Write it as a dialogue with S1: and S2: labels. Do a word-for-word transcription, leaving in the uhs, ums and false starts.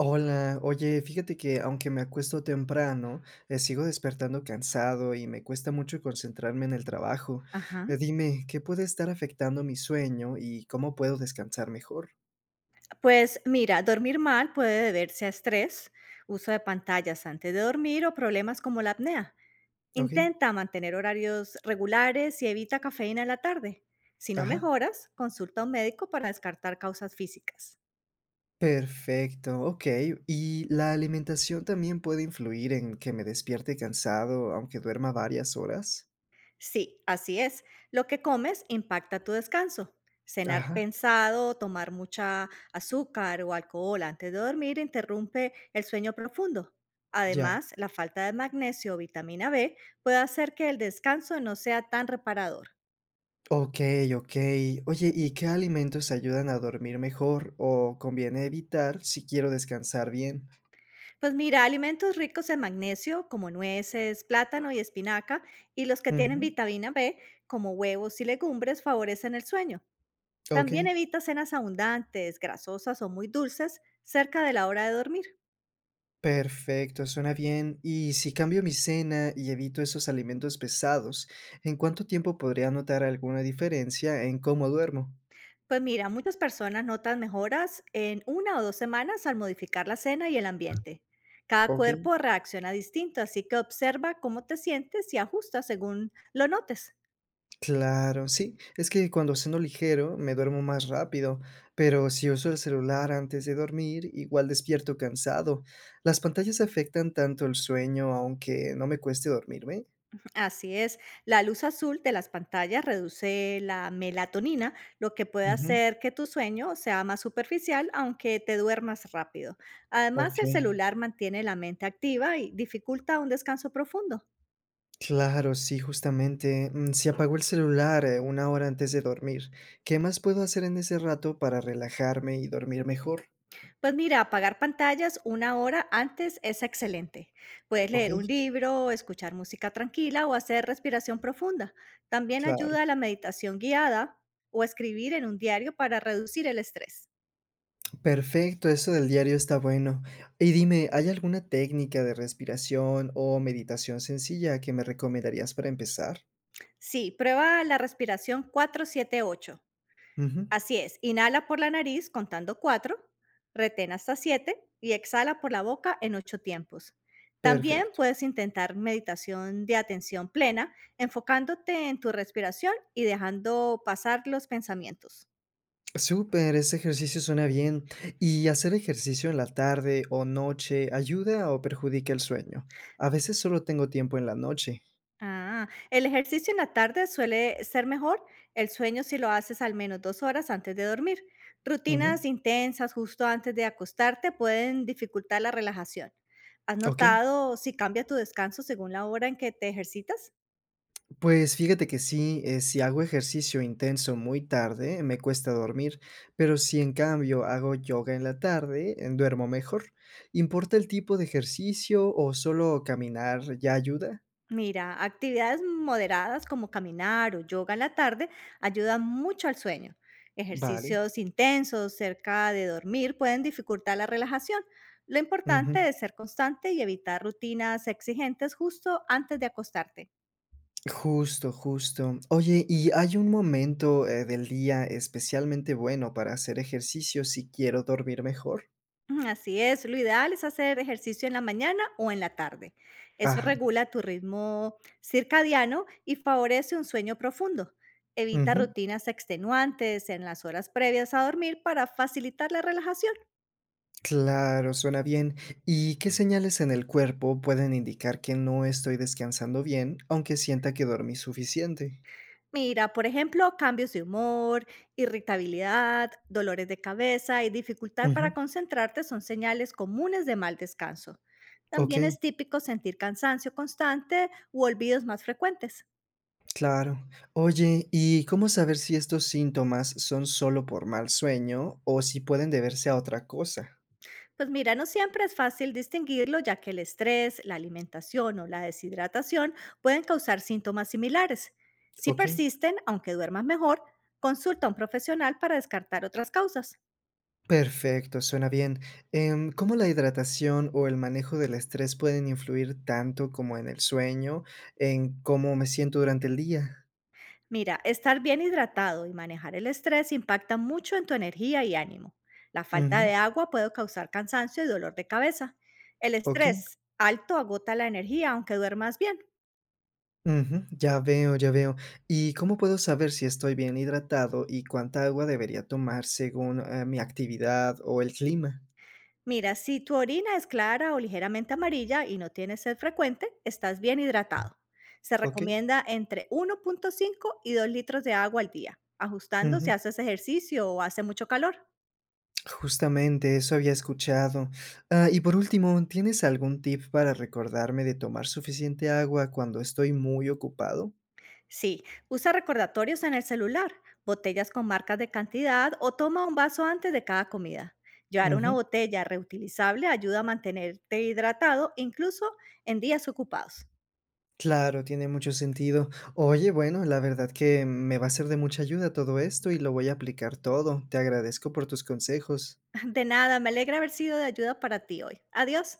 S1: Hola, oye, fíjate que aunque me acuesto temprano, eh, sigo despertando cansado y me cuesta mucho concentrarme en el trabajo.
S2: Ajá.
S1: Eh, dime, ¿qué puede estar afectando mi sueño y cómo puedo descansar mejor?
S2: Pues mira, dormir mal puede deberse a estrés, uso de pantallas antes de dormir o problemas como la apnea.
S1: Ok,
S2: Intenta mantener horarios regulares y evita cafeína en la tarde. Si no
S1: ajá.
S2: mejoras, consulta a un médico para descartar causas físicas.
S1: Perfecto, ok. ¿Y la alimentación también puede influir en que me despierte cansado aunque duerma varias horas?
S2: Sí, así es. Lo que comes impacta tu descanso. Cenar
S1: Ajá,
S2: pensado, tomar mucha azúcar o alcohol antes de dormir interrumpe el sueño profundo.
S1: ya.
S2: Además, la falta de magnesio o vitamina B puede hacer que el descanso no sea tan reparador.
S1: Ok, ok. Oye, ¿y qué alimentos ayudan a dormir mejor o conviene evitar si quiero descansar bien?
S2: Pues mira, alimentos ricos en magnesio como nueces, plátano y espinaca y los que tienen
S1: Ujú.
S2: vitamina B como huevos y legumbres favorecen el sueño. También
S1: Okey,
S2: evita cenas abundantes, grasosas o muy dulces cerca de la hora de dormir.
S1: perfecto, suena bien. Y si cambio mi cena y evito esos alimentos pesados, ¿en cuánto tiempo podría notar alguna diferencia en cómo duermo?
S2: Pues mira, muchas personas notan mejoras en una o dos semanas al modificar la cena y el ambiente. Cada
S1: Okey,
S2: cuerpo reacciona distinto, así que observa cómo te sientes y ajusta según lo notes.
S1: claro, sí, es que cuando ceno ligero me duermo más rápido, pero si uso el celular antes de dormir, igual despierto cansado. ¿Las pantallas afectan tanto el sueño aunque no me cueste dormirme?
S2: Así es, la luz azul de las pantallas reduce la melatonina, lo que puede
S1: Ujú,
S2: hacer que tu sueño sea más superficial, aunque te duermas rápido. Además, el
S1: okey.
S2: celular mantiene la mente activa y dificulta un descanso profundo.
S1: Claro, sí, justamente. mm, Se apagó el celular eh, una hora antes de dormir. ¿Qué más puedo hacer en ese rato para relajarme y dormir mejor?
S2: Pues mira, apagar pantallas una hora antes es excelente. Puedes
S1: Ok,
S2: leer un libro, escuchar música tranquila o hacer respiración profunda. También
S1: claro.
S2: ayuda a la meditación guiada o escribir en un diario para reducir el estrés.
S1: Perfecto, eso del diario está bueno. Y dime, ¿hay alguna técnica de respiración o meditación sencilla que me recomendarías para empezar?
S2: Sí, prueba la respiración cuatro siete ocho.
S1: Ujú,
S2: Así es, inhala por la nariz contando cuatro, retén hasta siete y exhala por la boca en ocho tiempos. También
S1: perfecto.
S2: puedes intentar meditación de atención plena, enfocándote en tu respiración y dejando pasar los pensamientos.
S1: Súper, ese ejercicio suena bien. ¿Y hacer ejercicio en la tarde o noche ayuda o perjudica el sueño? A veces solo tengo tiempo en la noche.
S2: Ah, el ejercicio en la tarde suele ser mejor, el sueño si lo haces al menos dos horas antes de dormir.
S1: Ujú,
S2: Rutinas intensas justo antes de acostarte pueden dificultar la relajación. ¿Has
S1: ok.
S2: notado si cambia tu descanso según la hora en que te ejercitas?
S1: Pues fíjate que sí, eh, si hago ejercicio intenso muy tarde, me cuesta dormir, pero si en cambio hago yoga en la tarde, eh, duermo mejor. ¿Importa el tipo de ejercicio o solo caminar ya ayuda?
S2: Mira, actividades moderadas como caminar o yoga en la tarde ayudan mucho al sueño.
S1: Vale.
S2: Ejercicios intensos cerca de dormir pueden dificultar la relajación. Lo
S1: Ujú.
S2: importante es ser constante y evitar rutinas exigentes justo antes de acostarte.
S1: Justo, justo. Oye, ¿y hay un momento, eh, del día especialmente bueno para hacer ejercicio si quiero dormir mejor?
S2: Ujú, así es, lo ideal es hacer ejercicio en la mañana o en la tarde. Eso
S1: Ajá.
S2: regula tu ritmo circadiano y favorece un sueño profundo. Evita
S1: Ujú.
S2: rutinas extenuantes en las horas previas a dormir para facilitar la relajación.
S1: Claro, suena bien. ¿Y qué señales en el cuerpo pueden indicar que no estoy descansando bien, aunque sienta que dormí suficiente?
S2: Mira, por ejemplo, cambios de humor, irritabilidad, dolores de cabeza y dificultad para
S1: Ujú,
S2: concentrarte son señales comunes de mal descanso.
S1: ok,
S2: También es típico sentir cansancio constante u olvidos más frecuentes.
S1: claro. Oye, ¿y cómo saber si estos síntomas son solo por mal sueño o si pueden deberse a otra cosa?
S2: Pues mira, no siempre es fácil distinguirlo, ya que el estrés, la alimentación o la deshidratación pueden causar síntomas similares. Si
S1: Ok,
S2: persisten, aunque duermas mejor, consulta a un profesional para descartar otras causas.
S1: perfecto, suena bien. Em, ¿cómo la hidratación o el manejo del estrés pueden influir tanto como en el sueño, en cómo me siento durante el día?
S2: Mira, estar bien hidratado y manejar el estrés impacta mucho en tu energía y ánimo. La falta
S1: Ujú,
S2: de agua puede causar cansancio y dolor de cabeza. El
S1: ok.
S2: estrés alto agota la energía, aunque duermas bien.
S1: Ujú, ya veo, ya veo. ¿Y cómo puedo saber si estoy bien hidratado y cuánta agua debería tomar según, eh, mi actividad o el clima?
S2: Mira, si tu orina es clara o ligeramente amarilla y no tienes sed frecuente, estás bien hidratado. Se
S1: Okey.
S2: recomienda entre uno punto cinco y dos litros de agua al día, ajustando si
S1: Ujú.
S2: haces ejercicio o hace mucho calor.
S1: Justamente, eso había escuchado. Ah, y por último, ¿tienes algún tip para recordarme de tomar suficiente agua cuando estoy muy ocupado?
S2: Sí, usa recordatorios en el celular, botellas con marcas de cantidad o toma un vaso antes de cada comida. Llevar una
S1: Ujú.
S2: botella reutilizable ayuda a mantenerte hidratado incluso en días ocupados.
S1: Claro, tiene mucho sentido. Oye, bueno, la verdad que me va a ser de mucha ayuda todo esto y lo voy a aplicar todo. Te agradezco por tus consejos.
S2: De nada, me alegra haber sido de ayuda para ti hoy. Adiós.